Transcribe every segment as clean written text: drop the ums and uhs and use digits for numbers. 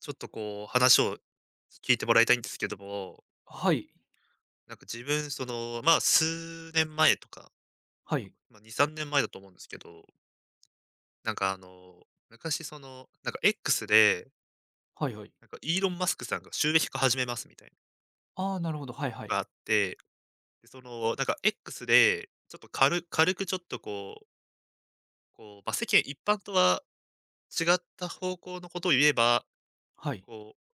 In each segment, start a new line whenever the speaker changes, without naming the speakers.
ちょっとこう話を聞いてもらいたいんですけども、
はい。
なんか自分その、まあ、数年前とか、
はい。
ま、2、3年前だと思うんですけど、なんかあの、昔その、なんか X で、
はいはい。
なんかイーロン・マスクさんが収益化始めますみたいな
ああ、なるほど。はい
の
はい。
があって、で、そのなんか X で、ちょっと軽くちょっとこう、こう、まあ、世間一般とは違った方向のことを言えば、
はい。
こう、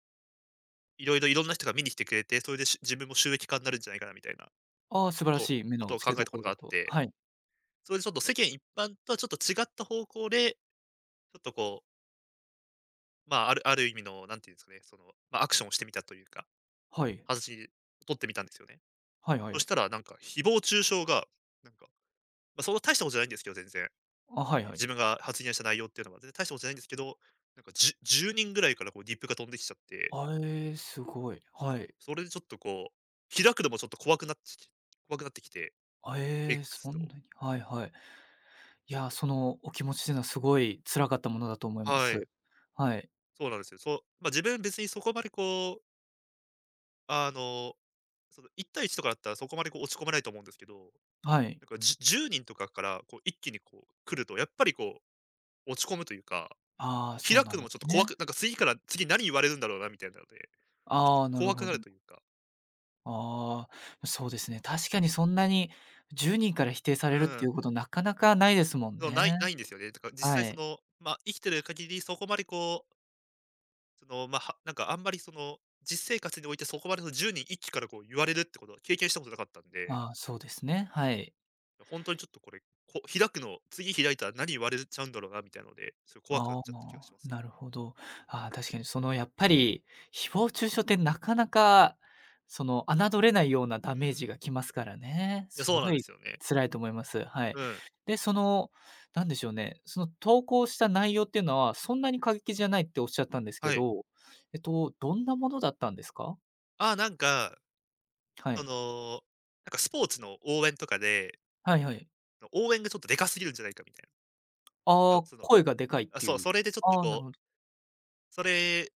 いろんな人が見に来てくれて、それで自分も収益化になるんじゃないかなみたいな
ああ、素晴
こ
ら
とを
しい目
こ
の
とを考
付
え
け
た
どこ
こと
ろ
が
だ
あっ
と。
て、
はい。
それでちょっと世間一般とはちょっと違った方向で、ちょっとこう、まあ、ある意味の、なんていうんですかね、その、まあ、アクションをしてみたというか、
はい。
話を取ってみたんですよね。
はいはい
そ
は
し
い。
たらなんか誹謗中傷が、なんか、まあ、そんな大したことじゃないんですけど、全然。
あ、はいはい。
自分が発言した内容っていうのは全然大したことじゃないんですけど、なんか10人ぐらいからこうリップが飛んできちゃって、
あ、ええ、すごい。はい。
それでちょっとこう、開くのもちょっと怖くなってきて、
あ、
あの
ええ、
X
そ
と、
んなに。はいはい。い
ちょっ
や、
と
そのお気持ちっていうのはすごい辛かったものだと思いま
は
す。
い、
はい。
そうなんですよ。そう、まあ、自分別にそこまでこう、あの、その1対1とかだったらそこまでこう落ち込まないと思うんですけど、
はい。
なんか10人とかからこう一気にこう来ると、やっぱりこう落ち込むというか、
ああ、そう
開
な
く
ん
の
で
もちょっ
す
と怖
ね。
く、なんか次から次何言われるんだろうなみたいなので、ちょっ
ああ、
と
なる
怖く
ほ
な
ど。
るというか、
ああ、そうですね。確かにそんなに10人から否定され
う
るってい
ん、
うことなかなかないですもん
そうない
ね。
ないんですよね。だから実
は
際そ
い。
の、まあ、生きてる限りそこまでこう、その、まあ、なんかあんまりその、実生活においてそこまでその10人一気からこう言われるってことは経験したことなかったんで、
ああ、そうですね。はい。
本当にちょっとこれ、開くの次開いたら何言われちゃうんだろうなみたいなので、それ怖くな
あ
っ
あ、
ちゃった気がします
な
ね。
るほど。ああ、確かにそのやっぱり、誹謗中傷ってなかなか、その侮れないようなダ
う
メージ
ん。
がきますからね。
いや、
す
そうな
ご
んで
い
すよね。
辛いと思います。はい。
うん。
で、その、なんでしょうね、その投稿した内容っていうのは、そんなに過激じゃないっておっしゃったんですけ
はい。
ど、えっと、どんなものだったんですか？
ああ、なんか、
は
そ
い。
の、なんかスポーツの応援とかで、
はいはい。
応援がちょっとでかすぎるんじゃないかみたいな。
あ
そ
あ、
うその、
声がでかいっ
あ、
てい
そう、
う。
それでちょっと
ああ、なる
こう、
ほど。
それ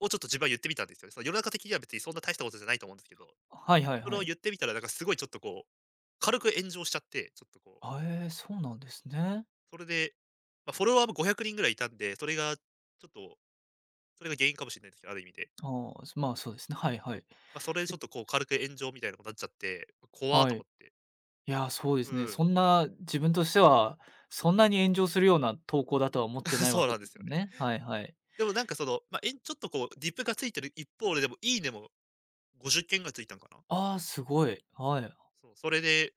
をちょっと自分は言ってみたんですよね。その世の中的には別にそんな大したことじゃないと思うんですけど、
はいはい
それ
は
を
い。
言ってみたらなんかすごいちょっとこう、軽く炎上しちゃって、ちょっとこう、
あ、ええ、そうなんですね。
それで、まあ、フォロワーも500人ぐらいいたんで、それがちょっとそれが原因かもしれないですけど、ある意味で。
ああ、まあ、そうですね。はいはい。
まあ、それでちょ
え、
っとこう軽く炎上みたいなことになっちゃって、怖ー
は
と
い。
思って。
いや、そうで
う
すね。
ん。
そんな自分としては、そんなに炎上するような投稿だとは思って ないわ
そう
け
な
で
んで
す
すよ
もん
ね。
ね。はいはい。
でもなんかその、まあ、ちょっとこうディップがついてる一方で、でもいいねも50件がついたんかな。
ああ、すごい。はい。
そう、それで、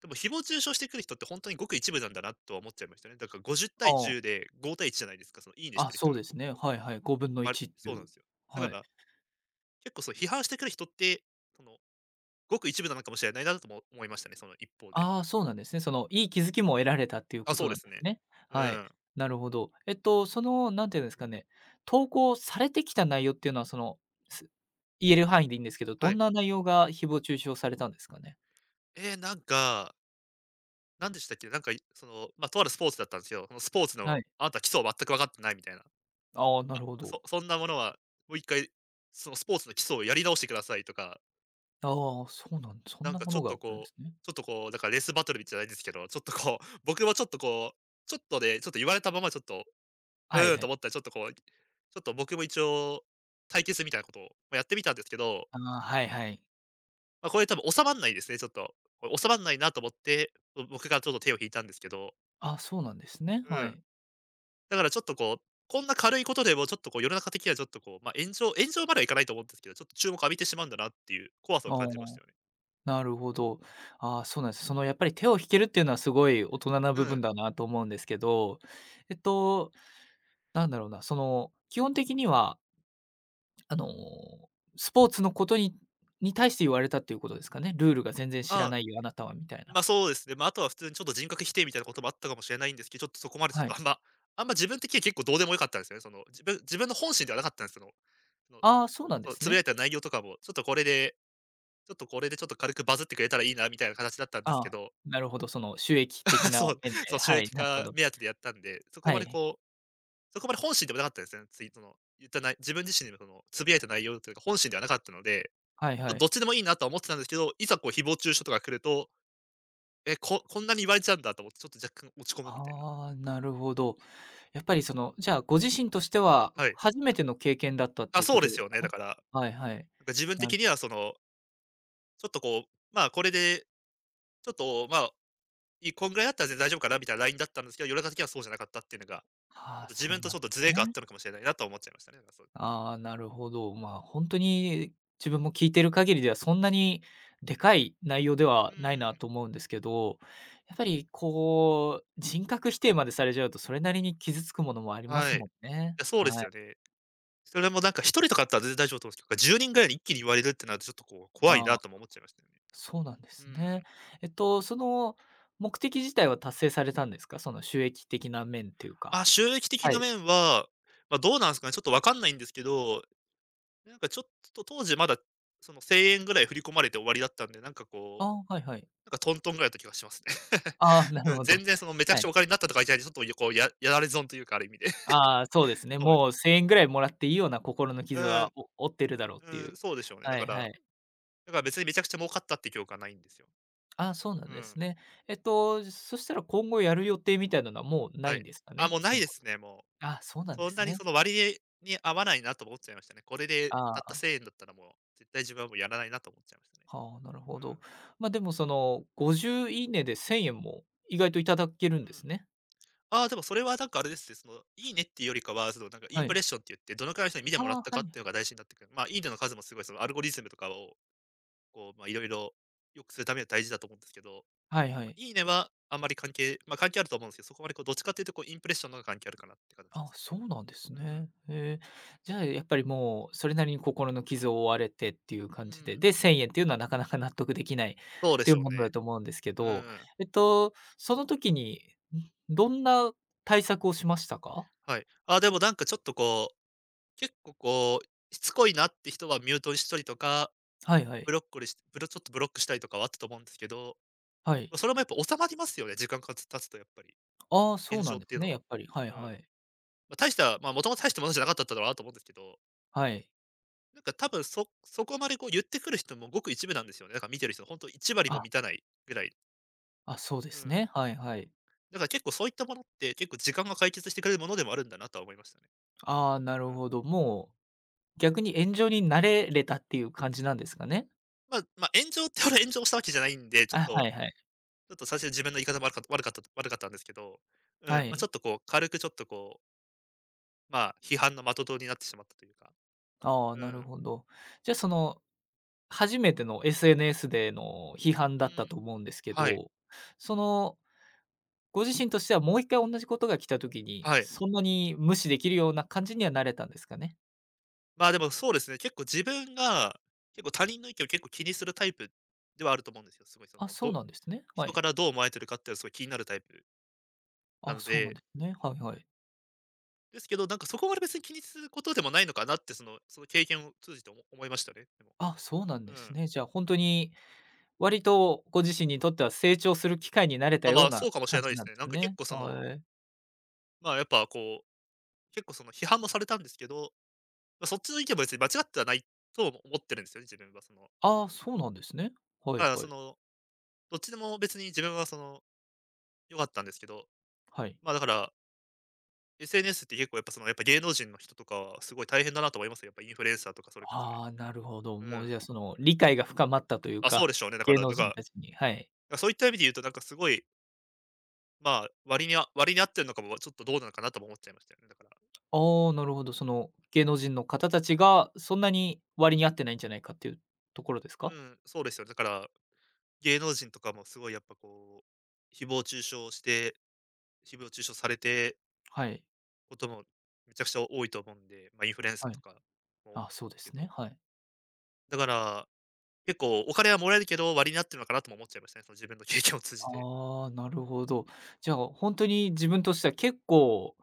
でも誹謗中傷してくる人って本当にごく一部なんだなとは思っちゃいましたね。だから50
あ
対
あ。
10で5対1じゃないですか、そのいいねし
あ、
てる
そ
人
う
が
です
ご
ね。
ご
はいはい。5分の
割
1ってい
そうなん
う。
ですよ。だか
はい。
ら、結構そう批判してくる人って、その、ごく一部なのかもしれないなとも思いましたね、その一方で。
ああ、そうなんですね。その、いい気づきも得られたっていうこ
あ、
と
そう
な
で
んで
す
す
ね。
ね。
う
はい。
ん。
なるほど。えっと、その、なんていうんですかね、投稿されてきた内容っていうのは、その、す言える範囲でいいんですけど、ど
は
ん
い。
な内容が誹謗中傷されたんですかね？
ええ、なんか、なんでしたっけ、なんか、その、まあ、とあるスポーツだったんですよ。そのスポーツ
は
の、
い。
あなた基礎を全く分かってないみたいな。
ああ、なるほど。
そんなものは、もう一回、そのスポーツの基礎をやり直してくださいとか、
ああ、そうなんそん
なん
な
か
も
ち
の
ょっ
が
と
起きるんで
こ
す
う
ね。
ちょっとこう、だからレースバトルじゃないんですけど、ちょっとこう、僕もちょっとこう、ちょっと言われたままちょっと、う
はい
ーん
は
と
い。
思ったらちょっとこう、ちょっと僕も一応、対決みたいなことを、ま、やってみたんですけど、
ああ、はいはい。
まあ、これ多分収まんないですね、ちょっと。これ収まんないなと思って、僕がちょっと手を引いたんですけど、
あ、そうなんですね。
う
は
ん。
い。
だからちょっとこう、こんな軽いことでもちょっとこう世の中的にはちょっとこう、ま、炎上炎上まではいかないと思うんですけど、ちょっと注目浴びてしまうんだなっていう怖さを
ああ、
感じましたよね。
なるほど。ああ、そうなんです。そのやっぱり手を引けるっていうのはすごい大人な
う
部分
ん。
だなと思うんですけど、えっと、なんだろうな、その、基本的には、あの、スポーツのことに対して言われたっていうことですかね。ルールが全然知
あ
ら
あ、
ないよ、あなたはみたいな。
ま、そうですね。ま、ああとは普通にちょっと人格否定みたいなこともあったかもしれないんですけど、ちょっとそこまでちょっ
は
と
い。
あんま自分的には結構どうでもよかったんですよね。その、自分の本心ではなかったんですけど、その、
ああ、そうなんで
その
す
つぶ
ね。
やいた内容とかも、ちょっとこれでちょっと軽くバズってくれたらいいなみたいな形だったんです
あ
け
あ、
ど、
なるほど、その収益的 な
そう、
面で、
そう収
はい、
益
なるほ
化
ど。
目当てでやったんで、そこ
は
まで
い。
こうそこまで本心でもなかったですね。ツイートの、言ったない自分自身でもその、つぶやいた内容というか、本心ではなかったので、
はいは
ど
い。
っちでもいいなとは思ってたんですけど、いざこう誹謗中傷とか来ると、え、こんなに言われちゃうんだと思ってちょっと若干落ち込むみたいな。
ああ、なるほど。やっぱりその、じゃあ、ご自身としては、
はい。
初めての経験だったって
あ、
いう
そ
こ
う
と
で
で
す
す
よね、
か
だ
ね？
から、なんか
はいはい。
自分
なる
的にはその、ちょっとこう、まあこれで、ちょっとまあ、こんぐらいだったら全然大丈夫かなみたいなラインだったんですけど、世の中的にはそうじゃなかったっていうのが、
あ
ちょっと
あ、
自
そう
分と
なん
ち
で
ょっと
す
ズレがあっ
ね。
たのかもしれないなとは思っちゃいましたね。なんかそう。
ああ、なるほど。まあ、本当に自分も聞いてる限りでは、そんなにでかい内容で
う
はないな
ー
と
ん。
思うんですけど、やっぱりこう、人格否定までされちゃうと、それなりに傷つくものもありま
は
す
い。い
もんね。
や、そうで
は
す
い。
よね。それもなんか1人とかだったら全然大丈夫だと思うんですけど、10人ぐらいに一気に言われるってなるとちょっとこう、怖い
あ
な
あ。
とも思っちゃいましたよね。
そうなんで
う
す
ん。
ね。えっと、その目的自体は達成されたんですか？その収益的な面というか。
あ、収益的
は
な
い。
面は、ま、どうなんすかね、ちょっとわかんないんですけど、なんかちょっと当時まだ、その 1000円 ぐらい振り込まれて終わりだったんで、なんかこ
あ
う、
あ、はいはい。
なんかトントンぐらいだった気がしますね。
ああ、な る
うん、
ほど。
全然そのめちゃく
は
ちゃ
い。
お金になったとかじゃなくて、ちょっとこうやられ損というか、ある意味で。
ああ、そうですね。
そうです。
もう1000円ぐらいもらっていいような心の
う
傷は、
ん、
お負ってるだろうっ
う
ていう。
ん、そうでしょうね。
は
だか
いは
ら、
い。
だから別にめちゃくちゃ儲かったっていう記憶はないんですよ。
ああ、そうなん
う
です
ん、
ね。えっと、そしたら今後やる予定みたいなのはもうな
は
いん
い。
ですか
あ、
ね？
もう
そ
ない
の
ですね、も
ああ、そうなん
う。
で
そん
す
なに
ね。
その割に合わないなと思っちゃいましたね。これで
あ
たった
あ、
1000円だったらもう、絶対自分はもうやらないなと思っちゃいましたね。
はあ、なるほ
う
ど。
ん。
ま、でもその、50いいねで1000円も意外といただけるん
う
で
ん。
すね。
ああ、でもそれはなんかあれですね、その、いいねっていうよりかは、そのなんかイ
は
ンプ
い。
レッションって言って、どのくらいの人に見てもらっ
ああ、
た
は
かっ
い。
ていうのが大事になってくる。まあ、いいねの数もすごいそのアルゴリズムとかを、こう、まあ、いろいろ良くするためには大事だと思うんですけど、
はいは
ま、
い。
いいねはあんまり関係まあ、関係あると思うんですけど、そこまでこうどっちかっていうとこうインプレッションの方が関係あるかなって形で
あ、
す。
そうなんです
うん。
ね。へえ。じゃあ、やっぱりもうそれなりに心の傷を負われてっていう
う
感じで、
ん。
で、1000円っていうのはなかなか納得できないっ
そうで
てい
し
う
ょ
も
う
のだ
ね。
と思うんですけ
う
ど、
ん。
えっと、その時に、ん、どんな対策をしましたか？
はい。あ、でもなんかちょっとこう結構こう、しつこいなって人はミュートにしたりとか、
はいは
ブ
い。
ロッコリーしブロちょっとブロックしたりとかはあったと思うんですけど、
はい。
ま、それもやっぱ収まりますよね、時間が経つとやっぱり、
ああ、そう
炎
な
上
ん
っ
で
て
す
いう
ね、
の
や
は。
っぱり。はい
う
は
ん。
い。
ま、大した、ま、もともと大したものじゃなかったっただろうなと思うんですけど、
はい。
なんか多分そこまでこう言ってくる人もごく一部なんですよね。だから見てる人、ほんと1割も
あ、
満たないぐらい。
あ、そうで
う
す
ん。
ね。はいはい。
だから結構そういったものって、結構時間が解決してくれるものでもあるんだなとは思いましたね。
ああ、な
う
る
ん。
ほど。もう逆に炎上になれれたっていう感じなんですかね？
まま、炎上ってほど炎上したわけじゃないんで、ちょっ
あ、
と
はいはい。
ちょっと最初自分の言い方悪かったんですけど、う
は
ん、ま、ち
い。
ょっとこう、軽くちょっとこう、まあ、批判の的とになってしまったというか、
ああ、
う
なる
ん。
ほど。じゃあ、その、初めての SNS での批判
う
だった
ん。
と思うんですけ
はい、
ど、その、ご自身としてはもう一回同じことが来た時に、
はい。
そんなに無視できるような感じにはなれたんですかね？
まあ、でもそうですね、結構自分が、結構他人の意見を結構気にするタイプではあると思うんですよ。すごいその、
あ、そうなんですね。は
人
い。
からどう思われてるかっていうのはすごい気になるタイプな
あ、
の
そうなん
で、
ですね。はいはい。
ですけど、なんかそこまで別に気にすることでもないのかなって、その経験を通じて思いましたね、でも。
あ、そうなん
う
です
ん。
ね。じゃあ、本当に割とご自身にとっては成長する機会になれた
ま、
よ
ま
う
あ、
な
そうかもし
感
れない
じ
で
な
す
んで
ね。な
す
んか結
ね。
構その、
はい。
まあ、やっぱこう、結構その批判もされたんですけどまあ、そっちの意見も別に間違ってはないと思ってるんですよね、自分はその。
ああ、そうなんですね。は
だ
い
から
は
そ
い。
の、どっちでも別に自分はその、良かったんですけど、
はい。
ま、だから、SNS って結構やっぱその、やっぱ芸能人の人とかはすごい大変だなと思いますよ。やっぱインフルエンサーとかそれこそね。
ああ、なるほど。
う
もうじ
ん。
ゃあ、その理解が深まったという
あ、そう
か、
でしょうね。だか
芸
ら、
能
なん
人
か、
たちに、はい。
そういった意味で言うとなんかすごい、まあ、割に合ってるのかも、ちょっとどうなのかなとも思っちゃいましたよね、だから。
ああ、なるほど。その芸能人の方たちがそんなに割に合ってないんじゃないかっていうところです
う
か？
ん、そうですよね。だから、芸能人とかもすごいやっぱこう、誹謗中傷されて
はい、
こともめちゃくちゃ多いと思うんで、まあ、インフルエンサ
は
ー
い。
とかも
あ、
そう
そ
なん
う
で
で
すけ
すね、
ど。
はい。
だから、結構お金はもらえるけど、割になってるのかなとも思っちゃいましたね、その自分の経験を通じて。
ああ、なるほど。じゃあ、本当に自分としては結構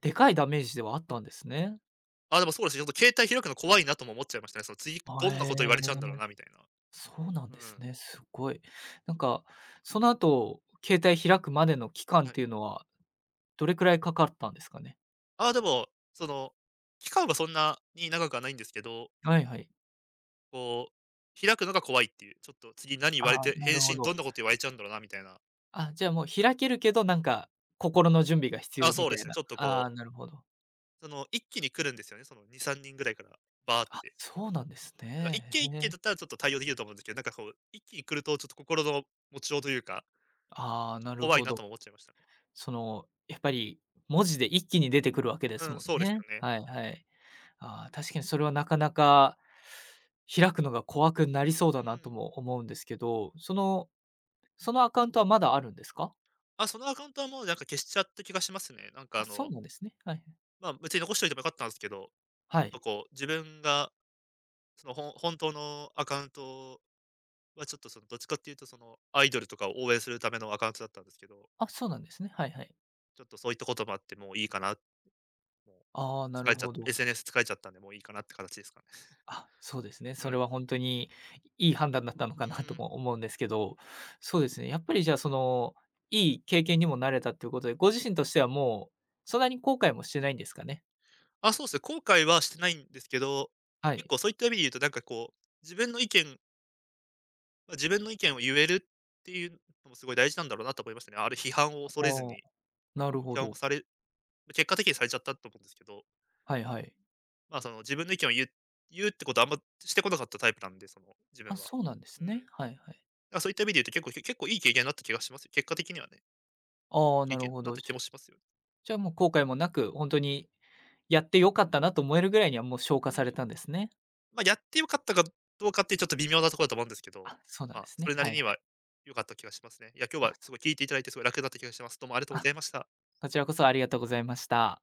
でかいダメージではあったんですね。
あ、でもそうですね、ちょっと携帯開くの怖いなとも思っちゃいましたね。その次、
あ、
どんな
へえ
こと言われちゃうんだろう
ー、
なみたいな。
そうなん
う
です
ん。
ね。すごい。なんか、その後、携帯開くまでの期間
は
っ
い。
ていうのはどれくらいかかったんですかね？
ああ、でも、その、期間はそんなに長くはないんですけど、
はいはい。
こう、開くのが怖いっていう、ちょっと次何言われ
ああ、
て、
なる
返
ほ
信
ど。
どんなこと言われちゃうんだろうなみたいな。
あ、じゃあもう開けるけど、なんか心の準備が必
あ、
要み
そう
た
で
い
すね、
な。
ちょっと
あ
こ
あ、
う、
なるほど。
その一気に来るんですよね、その2、3人ぐらいから、バーっ
あ、
て。
そうなんです
なんか一
ね。
軒
へ
一
え。
軒だったらちょっと対応できると思うんですけど、なんかこう、一気に来るとちょっと心の持ちようというか、
ああ、
ちょっ
な
と
る
怖い
ほ
な
ど。
とも思っちゃいましたね。
その、やっぱり文字で一気に出てくるわけで
う
す
ん、
もん
そうです
ね。
よね。
はいはい。ああ、確かにそれはなかなか開くのが怖くなりそうだ
う
なと
ん。
も思うんですけど、そのアカウントはまだあるんですか？
あ、そのアカウントはもうなんか消しちゃった気がしますね。なんか
あ、
あ
そう
の、
なんですね。はいはい。
まあ、別に残しておいてもよかったんですけど、ちょ
は
っ
い。
とこう、自分がその本当のアカウントはちょっとそのどっちかっていうとそのアイドルとかを応援するためのアカウントだったんですけど、
あ、そうなんですね。はいはい。
ちょっとそういったこともあってもういいかな、もう
ああ、な
疲
る
れちゃっ
ほ
た、
ど。
SNS 疲れちゃったんでもういいかなって形ですかね。
あ、そうですね。
う
それ
ん。
は本当にいい判断だったのか
う
なと
ん。
も思うんですけど、そうですね、やっぱりじゃあ、その、いい経験にもなれたということで、ご自身としてはもう、そんなに後悔もしてないんですかね？
あ、そうですね、後悔はしてないんですけど、
は
結
い。
構そういった意味で言うと、なんかこう、自分の意見ま、自分の意見を言えるっていうのもすごい大事なんだろうなと思いましたね。ある批判を
あ
恐れず
あ、
に、
なるほ
批判も
ど。
されま結果的にされちゃったと思うんですけど、
はいはい。
まあ、その自分の意見を言うってことはあんましてこなかったタイプなんで、その、自
あ、
分は。
そうなんです
うん。
ね。はいはい。
だ、そういった意味で言うと結構いい経験になった気がしますよ。結果的にはね、
ああ、
いい経
なる
験に
ほ
なっ
ど。
た
じ
気もしますよ
じゃあもう後悔もなく、本当にやって良かったなと思えるぐらいにはもう消化された
ね。
んですね。
まあ、やってよかったかどうかってちょっと微妙なところだと思うんですけど、
あ、そうなん
ま
で
あ、
す
そ
ね。
れな
は
り
いは
に
い。
は良かった気がしますね。いや、今日
あ、
は
そ
すごい聞いていただいてすごい楽になった気がします。どうもありがとうご
あ、
ざいました。
こちらこそありがとうございました。